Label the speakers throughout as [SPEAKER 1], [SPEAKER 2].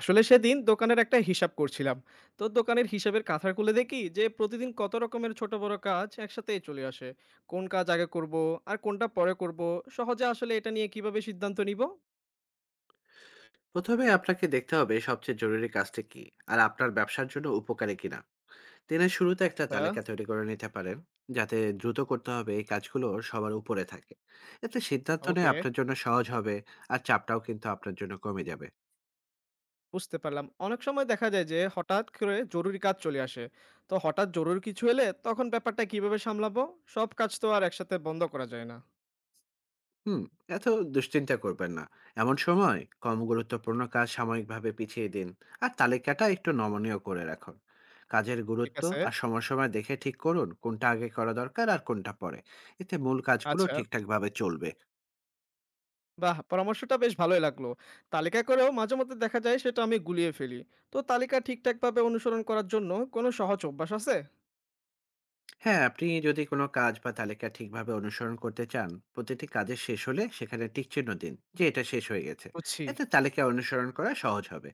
[SPEAKER 1] আসলে সেদিন দোকানের একটা হিসাব করছিলাম। তো দোকানের হিসাবের কাঁথা খুলে দেখি যে প্রতিদিন কত রকমের ছোট বড় কাজ একসাথে চলে আসে। কোন কাজ আগে করব আর কোনটা পরে করব? সহজে আসলে এটা নিয়ে কিভাবে সিদ্ধান্ত নিব?
[SPEAKER 2] প্রথমে আপনাকে দেখতে হবে সবচেয়ে জরুরি কাজটা কি আর আপনার ব্যবসার জন্য উপকারী কিনা। দিনের শুরুতে একটা
[SPEAKER 1] হ্যাঁ।
[SPEAKER 2] তালিকা তৈরি করে নিতে পারেন যাতে দ্রুত করতে হবে এই কাজগুলো সবার উপরে থাকে। এতে সিদ্ধান্ত
[SPEAKER 1] ওকে।
[SPEAKER 2] নেওয়া আপনার জন্য সহজ হবে আর চাপটাও কিন্তু আপনার জন্য কমে যাবে।
[SPEAKER 1] বুঝতে পারলাম, অনেক সময় দেখা যায় যে হঠাৎ করে জরুরি কাজ চলে আসে। তো হঠাৎ জরুরি কিছু এলে তখন ব্যাপারটা কিভাবে সামলাবো? সব কাজ তো আর একসাথে বন্ধ করা যায় না।
[SPEAKER 2] হুম, এত দুশ্চিন্তা করবেন না। এমন সময় কম গুরুত্বপূর্ণ কাজ সাময়িকভাবে পিছিয়ে দিন আর তালিকাটা একটু নমনীয় করে রাখুন। কাজের
[SPEAKER 1] ঠিক
[SPEAKER 2] গুরুত্ব
[SPEAKER 1] আছে।
[SPEAKER 2] আর সময়সীমা দেখে ঠিক করুন কোনটা আগে করা দরকার আর কোনটা পরে। এতে মূল কাজগুলো
[SPEAKER 1] আচ্ছা।
[SPEAKER 2] ঠিকঠাকভাবে চলবে।
[SPEAKER 1] বাহ! পরামর্শটা বেশ ভালোই লাগলো। তালিকা করেও মাঝেমধ্যে দেখা যায় সেটা আমি গুলিয়ে ফেলি। তো তালিকা ঠিকঠাকভাবে অনুসরণ করার জন্য কোনো সহজ অভ্যাস আছে?
[SPEAKER 2] হ্যাঁ, আপনি যদি কোনো কাজ বা তালিকা ঠিকভাবে অনুসরণ করতে চান, প্রতিটি কাজের শেষ হলে সেখানে টিকচিহ্ন দিন যে এটা শেষ হয়ে গেছে।
[SPEAKER 1] বুঝছি।
[SPEAKER 2] এতে তালিকা অনুসরণ করা সহজ হবে।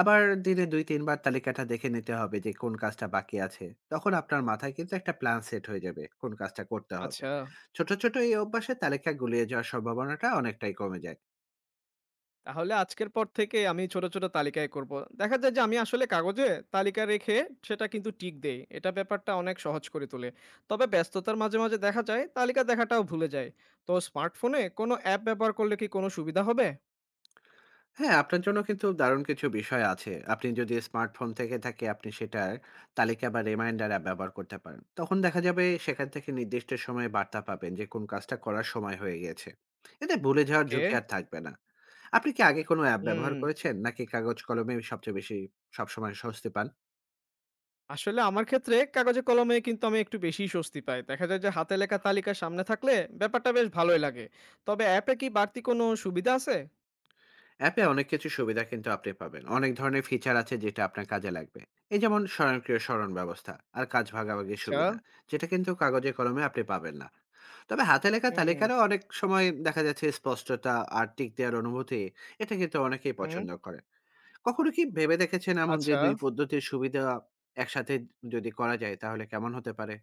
[SPEAKER 2] আবার দিনে দুই তিনবার তালিকাটা দেখে নিতে হবে যে কোন কাজটা বাকি আছে। তখন আপনার মাথায় কিন্তু একটা প্ল্যান সেট হয়ে যাবে কোন কাজটা করতে হবে।
[SPEAKER 1] আচ্ছা।
[SPEAKER 2] ছোট ছোট এই অভ্যাসে তালিকা গুলিয়ে যাওয়ার সম্ভাবনাটা অনেকটাই কমে যায়।
[SPEAKER 1] তাহলে আজকের পর থেকে আমি ছোট, ছোট তালিকায় করব। দেখা যায় যে আমি আসলে কাগজে তালিকা রেখে সেটা কিন্তু টিক দেই। এটা ব্যাপারটা অনেক সহজ করে তোলে। তবে ব্যস্ততার মাঝে, মাঝে দেখা যায় তালিকা দেখাটাও ভুলে যাই। তো স্মার্টফোনে কোনো অ্যাপ ব্যবহার করলে কি কোনো সুবিধা হবে?
[SPEAKER 2] হ্যাঁ, আপনার জন্য কিন্তু দারুণ কিছু বিষয় আছে। আপনি যদি স্মার্টফোন থেকে থাকে আপনি সেটার তালিকা বা রিমাইন্ডার অ্যাপ ব্যবহার করতে পারেন। তখন দেখা যাবে সেখান থেকে নির্দিষ্ট সময়ে বার্তা পাবেন যে কোন কাজটা করার সময় হয়ে গেছে। এতে ভুলে যাওয়ার
[SPEAKER 1] ওকে।
[SPEAKER 2] ঝুঁকি আর থাকবে না। আপনি কি আগে কোনো অ্যাপ
[SPEAKER 1] হুম।
[SPEAKER 2] ব্যবহার করেছেন নাকি কাগজ কলমে সবচেয়ে বেশি সবসময় স্বস্তি পান?
[SPEAKER 1] আসলে আমার ক্ষেত্রে কাগজে কলমে কিন্তু আমি একটু বেশিই স্বস্তি পাই। দেখা যায় যে হাতে লেখা তালিকা সামনে থাকলে ব্যাপারটা বেশ ভালোই লাগে। তবে অ্যাপে কি বাড়তি কোনো সুবিধা আছে?
[SPEAKER 2] অ্যাপে অনেক কিছু সুবিধা কিন্তু আপনি পাবেন, অনেক ধরনের ফিচার আছে যেটা আপনার কাজে লাগবে। এই যেমন স্বয়ংক্রিয় স্মরণ ব্যবস্থা আর কাজ ভাগাভাগির
[SPEAKER 1] আচ্ছা।
[SPEAKER 2] সুবিধা, যেটা কিন্তু কাগজে কলমে আপনি পাবেন না। তবে হাতে লেখা
[SPEAKER 1] হুম।
[SPEAKER 2] তালিকারও অনেক সময় দেখা যাচ্ছে স্পষ্টতা আর টিক দেওয়ার অনুভূতি, এটা কিন্তু অনেকেই
[SPEAKER 1] হুম।
[SPEAKER 2] পছন্দ করে। কখনো কি ভেবে দেখেছেন এমন যে
[SPEAKER 1] আচ্ছা।
[SPEAKER 2] দুই পদ্ধতির সুবিধা একসাথে যদি করা যায় তাহলে কেমন হতে পারে?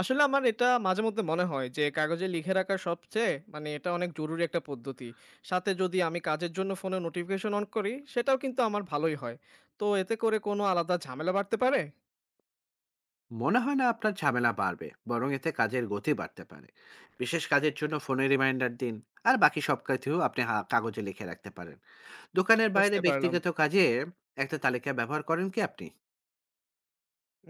[SPEAKER 1] আসলে আমার এটা মাঝে মধ্যে মনে হয় যে কাগজে লিখে রাখা সবচেয়ে মানে এটা অনেক জরুরি একটা পদ্ধতি। সাথে যদি আমি কাজের জন্য ফোনে নোটিফিকেশন অন করি সেটাও কিন্তু আমার ভালোই হয়। তো এতে করে কোনো আলাদা ঝামেলা বাড়তে পারে?
[SPEAKER 2] মনে হয় না আপনার ঝামেলা বাড়বে, বরং এতে কাজের গতি বাড়তে পারে। বিশেষ কাজের জন্য ফোনে রিমাইন্ডার দিন আর বাকি সব কাজেও আপনি কাগজে লিখে রাখতে পারেন। দোকানের বাইরে
[SPEAKER 1] বুঝতে পারলাম।
[SPEAKER 2] ব্যক্তিগত কাজে একটা তালিকা ব্যবহার করেন কি আপনি?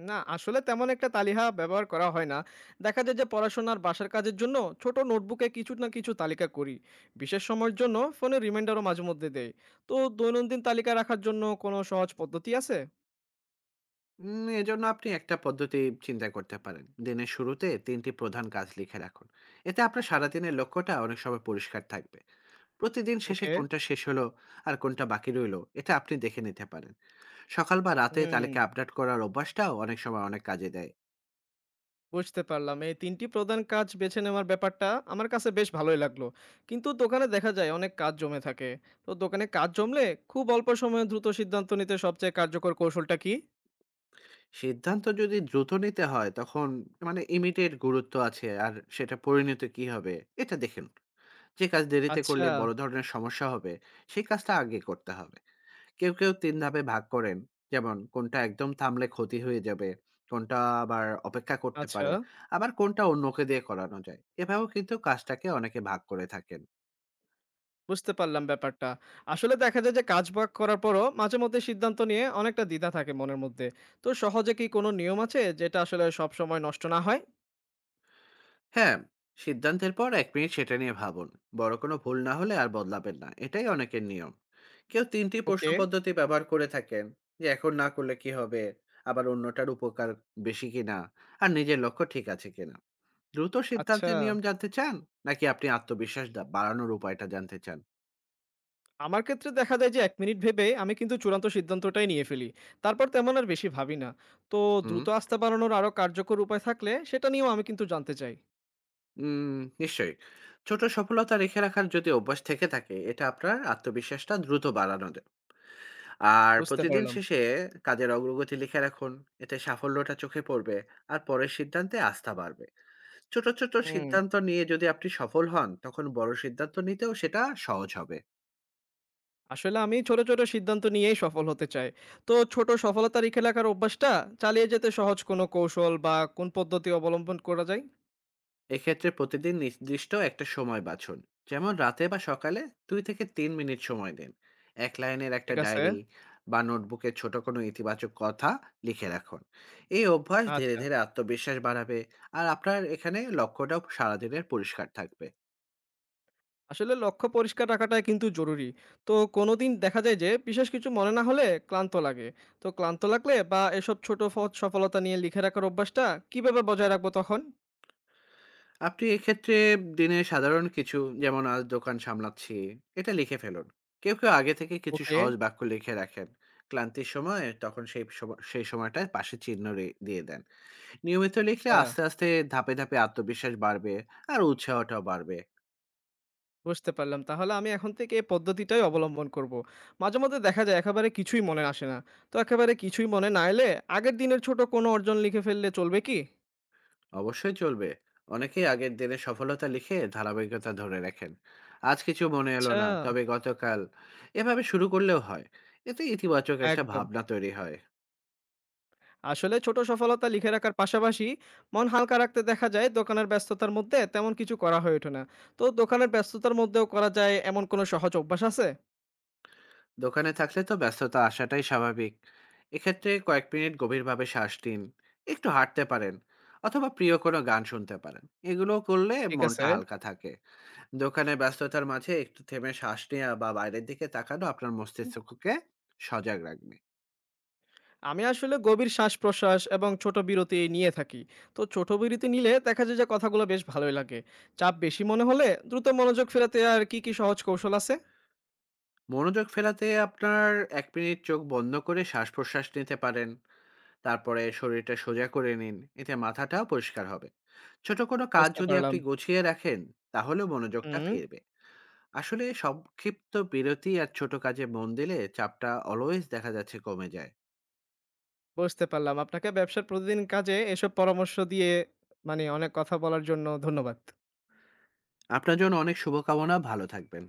[SPEAKER 1] না, আসলে তেমন একটা তালিকা ব্যবহার করা হয় না। দেখা যায় যে পড়াশোনার বাসার কাজের জন্য ছোট নোটবুকে কিছু না কিছু তালিকা করি। বিশেষ সময়ের জন্য ফোনে রিমাইন্ডারও মাঝেমধ্যে দেই। তো দৈনন্দিন তালিকা রাখার জন্য কোনো সহজ পদ্ধতি আছে?
[SPEAKER 2] এজন্য আপনি একটা পদ্ধতি চিন্তা করতে পারেন, দিনের শুরুতে তিনটি প্রধান কাজ লিখে রাখুন। এতে আপনার সারাদিনের লক্ষ্যটা অনেক সময় পরিষ্কার থাকবে। প্রতিদিন শেষে
[SPEAKER 1] ওকে।
[SPEAKER 2] কোনটা শেষ হলো আর কোনটা বাকি রইলো এটা আপনি দেখে নিতে পারেন। সকাল বা রাতে
[SPEAKER 1] হুম,
[SPEAKER 2] তালিকা আপডেট করার অভ্যাসটাও অনেক সময় অনেক কাজে দেয়।
[SPEAKER 1] বুঝতে পারলাম। এই ৩ টি প্রধান কাজ বেছে নেওয়ার ব্যাপারটা আমার কাছে বেশ ভালোই লাগলো। কিন্তু দোকানে দেখা যায় অনেক কাজ জমে থাকে। তো দোকানে কাজ জমলে খুব অল্প সময়ে দ্রুত সিদ্ধান্ত নিতে সবচেয়ে কার্যকর কৌশলটা কি?
[SPEAKER 2] সিদ্ধান্ত যদি দ্রুত নিতে হয় তখন মানে ইমিডিয়েট গুরুত্ব আছে আর সেটা পরিণত কি হবে এটা দেখুন। যে কাজ দেরিতে
[SPEAKER 1] আচ্ছা।
[SPEAKER 2] করলে বড় ধরনের সমস্যা হবে সেই কাজটা আগে করতে হবে। কেউ কেউ তিন ধাপে ভাগ করেন, যেমন কোনটা একদম থামলে ক্ষতি হয়ে যাবে, কোনটা আবার অপেক্ষা করতে
[SPEAKER 1] আচ্ছা।
[SPEAKER 2] পারে, আবার কোনটা অন্যকে দিয়ে করানো যায়। এভাবেও কিন্তু কাজটাকে অনেকে ভাগ করে থাকেন।
[SPEAKER 1] বুঝতে পারলাম ব্যাপারটা। আসলে দেখা যায় যে কাজ বাক করার পরও মাঝেমধ্যে সিদ্ধান্ত নিয়ে অনেকটা দ্বিধা থাকে মনের মধ্যে। তো সহজে কি কোনো নিয়ম আছে যেটা আসলে সবসময় নষ্ট না হয়?
[SPEAKER 2] হ্যাঁ, সিদ্ধান্তের পর ১ মিনিট সেটা নিয়ে ভাবুন। বড় কোনো ভুল না হলে আর বদলাবেন না। এটাই অনেকের নিয়ম। কেউ ৩ টি প্রশ্ন
[SPEAKER 1] ওকে,
[SPEAKER 2] পদ্ধতি ব্যবহার করে থাকেন, যে, "এখন না করলে কি হবে?" আবার, "অন্যটার উপকার বেশি কিনা?" আর, "নিজের লক্ষ্য ঠিক আছে কিনা?" দ্রুত
[SPEAKER 1] আচ্ছা।
[SPEAKER 2] সিদ্ধান্তের নিয়ম জানতে চান? নাকি আপনি আত্মবিশ্বাস বাড়ানোর উপায়টা জানতে চান?
[SPEAKER 1] আমার ক্ষেত্রে দেখা যায় যে ১ মিনিট ভেবে আমি কিন্তু চূড়ান্ত সিদ্ধান্তটাই নিয়ে ফেলি। তারপর তেমন আর বেশি ভাবি না। তো
[SPEAKER 2] হুম,
[SPEAKER 1] দ্রুত আস্থা বাড়ানোর আরো কার্যকর উপায় থাকলে সেটা নিয়েও আমি কিন্তু জানতে চাই।
[SPEAKER 2] উম নিশ্চয়ই। ছোট সফলতা রেখে রাখার যদি অভ্যাস থেকে থাকে, এটা আপনার আত্মবিশ্বাসটা দ্রুত বাড়ানো যায়। আর
[SPEAKER 1] বুঝতে
[SPEAKER 2] প্রতিদিন
[SPEAKER 1] পারলাম।
[SPEAKER 2] শেষে কাজের অগ্রগতি লিখে রাখুন। এতে সাফল্যটা চোখে পড়বে আর পরের সিদ্ধান্তে আস্থা বাড়বে। ছোট ছোট
[SPEAKER 1] হুম।
[SPEAKER 2] সিদ্ধান্ত নিয়ে যদি আপনি সফল হন তখন বড় সিদ্ধান্ত নিতেও সেটা সহজ হবে।
[SPEAKER 1] আসলে আমি ছোট, ছোট সিদ্ধান্ত নিয়েই সফল হতে চাই। তো ছোট সফলতা লিখে রাখার অভ্যাসটা চালিয়ে যেতে সহজ কোনো কৌশল বা কোন পদ্ধতি অবলম্বন করা যায়?
[SPEAKER 2] এক্ষেত্রে প্রতিদিন নির্দিষ্ট একটা সময় বাছুন, যেমন রাতে বা সকালে। দুই থেকে ৩ মিনিট সময় দিন, এক লাইনের একটা
[SPEAKER 1] ঠিক আছে।
[SPEAKER 2] ডায়েরি বা নোটবুকে ছোট কোনো ইতিবাচক কথা লিখে রাখুন। এই অভ্যাস ধীরে
[SPEAKER 1] আচ্ছা।
[SPEAKER 2] ধীরে আত্মবিশ্বাস বাড়াবে আর আপনার এখানে লক্ষ্যটাও সারাদিনের পরিষ্কার থাকবে।
[SPEAKER 1] আসলে লক্ষ্য পরিষ্কার রাখাটা কিন্তু জরুরি। তো কোনোদিন দেখা যায় যে বিশেষ কিছু মনে না হলে ক্লান্ত লাগে। তো ক্লান্ত লাগলে বা এসব ছোট সফলতা নিয়ে লিখে রাখার অভ্যাসটা কিভাবে বজায় রাখবো তখন?
[SPEAKER 2] আপনি এক্ষেত্রে দিনে সাধারণ কিছু, যেমন আজ দোকান সামলাচ্ছি, এটা লিখে ফেলুন। কেউ, কেউ আগে থেকে কিছু
[SPEAKER 1] ওকে,
[SPEAKER 2] সহজ বাক্য লিখে রাখেন। ক্লান্তির সময় তখন সেই সময়টায় পাশে চিহ্ন রে দিয়ে দেন। নিয়মিত লিখলে
[SPEAKER 1] আচ্ছা।
[SPEAKER 2] আস্তে, আস্তে, ধাপে, ধাপে আত্মবিশ্বাস বাড়বে আর উৎসাহটাও বাড়বে।
[SPEAKER 1] বুঝতে পারলাম। তাহলে আমি এখন থেকে এই পদ্ধতিটাই অবলম্বন করব। মাঝেমধ্যে দেখা যায় একেবারে কিছুই মনে আসে না। তো একেবারে কিছুই মনে না এলে আগের দিনের ছোট কোনো অর্জন লিখে ফেললে চলবে কি?
[SPEAKER 2] অবশ্যই চলবে। অনেকেই আগের দিনের সফলতা লিখে ধারাবাহিকতা ধরে রাখেন। আজ কিছু মনে এলো
[SPEAKER 1] আচ্ছা,
[SPEAKER 2] না, তবে গতকাল, এভাবে শুরু করলেও হয়। এতে ইতিবাচক একটা
[SPEAKER 1] একদম।
[SPEAKER 2] ভাবনা তৈরি হয়।
[SPEAKER 1] আসলে ছোট সফলতা লিখে রাখার পাশাপাশি মন হালকা রাখতে দেখা যায় দোকানের ব্যস্ততার মধ্যে তেমন কিছু করা হয়ে ওঠে না। তো দোকানের ব্যস্ততার মধ্যেও করা যায় এমন কোনো সহজ অভ্যাস আছে?
[SPEAKER 2] দোকানে থাকলে তো ব্যস্ততা আসাটাই স্বাভাবিক। এক্ষেত্রে কয়েক মিনিট গভীরভাবে শ্বাস নিন, একটু হাঁটতে পারেন, অথবা প্রিয় কোনো গান শুনতে পারেন। এগুলো করলে
[SPEAKER 1] ঠিক আছে।
[SPEAKER 2] মনটা হালকা থাকে। দোকানে ব্যস্ততার মাঝে একটু থেমে শ্বাস নেওয়া বা বাইরের দিকে তাকানো আপনার মস্তিষ্ককে সজাগ রাখবে।
[SPEAKER 1] আমি আসলে গভীর শ্বাস-প্রশ্বাস এবং ছোট বিরতি নিয়ে থাকি। তো ছোট বিরতি নিলে দেখা যায় যে কথাগুলো বেশ ভালোই লাগে। চাপ বেশি মনে হলে দ্রুত মনোযোগ ফেরাতে আর কি, কি সহজ কৌশল আছে?
[SPEAKER 2] মনোযোগ ফেরাতে আপনার ১ মিনিট চোখ বন্ধ করে শ্বাস প্রশ্বাস নিতে পারেন। তারপরে শরীরটা সোজা করে নিন, এতে মাথাটাও পরিষ্কার হবে। ছোট কোনো কাজ
[SPEAKER 1] বুঝতে
[SPEAKER 2] যদি
[SPEAKER 1] পারলাম।
[SPEAKER 2] আপনি গুছিয়ে রাখেন তাহলে মনোযোগটা
[SPEAKER 1] হুম,
[SPEAKER 2] ফিরবে। আসলে সংক্ষিপ্ত বিরতি আর ছোট কাজে মন দিলে চাপটা অলওয়েজ দেখা যাচ্ছে কমে যায়।
[SPEAKER 1] বুঝতে পারলাম। আপনাকে ব্যবসার প্রতিদিন কাজে এসব পরামর্শ দিয়ে মানে অনেক কথা বলার জন্য ধন্যবাদ।
[SPEAKER 2] আপনার জন্য অনেক শুভকামনা, ভালো থাকবেন।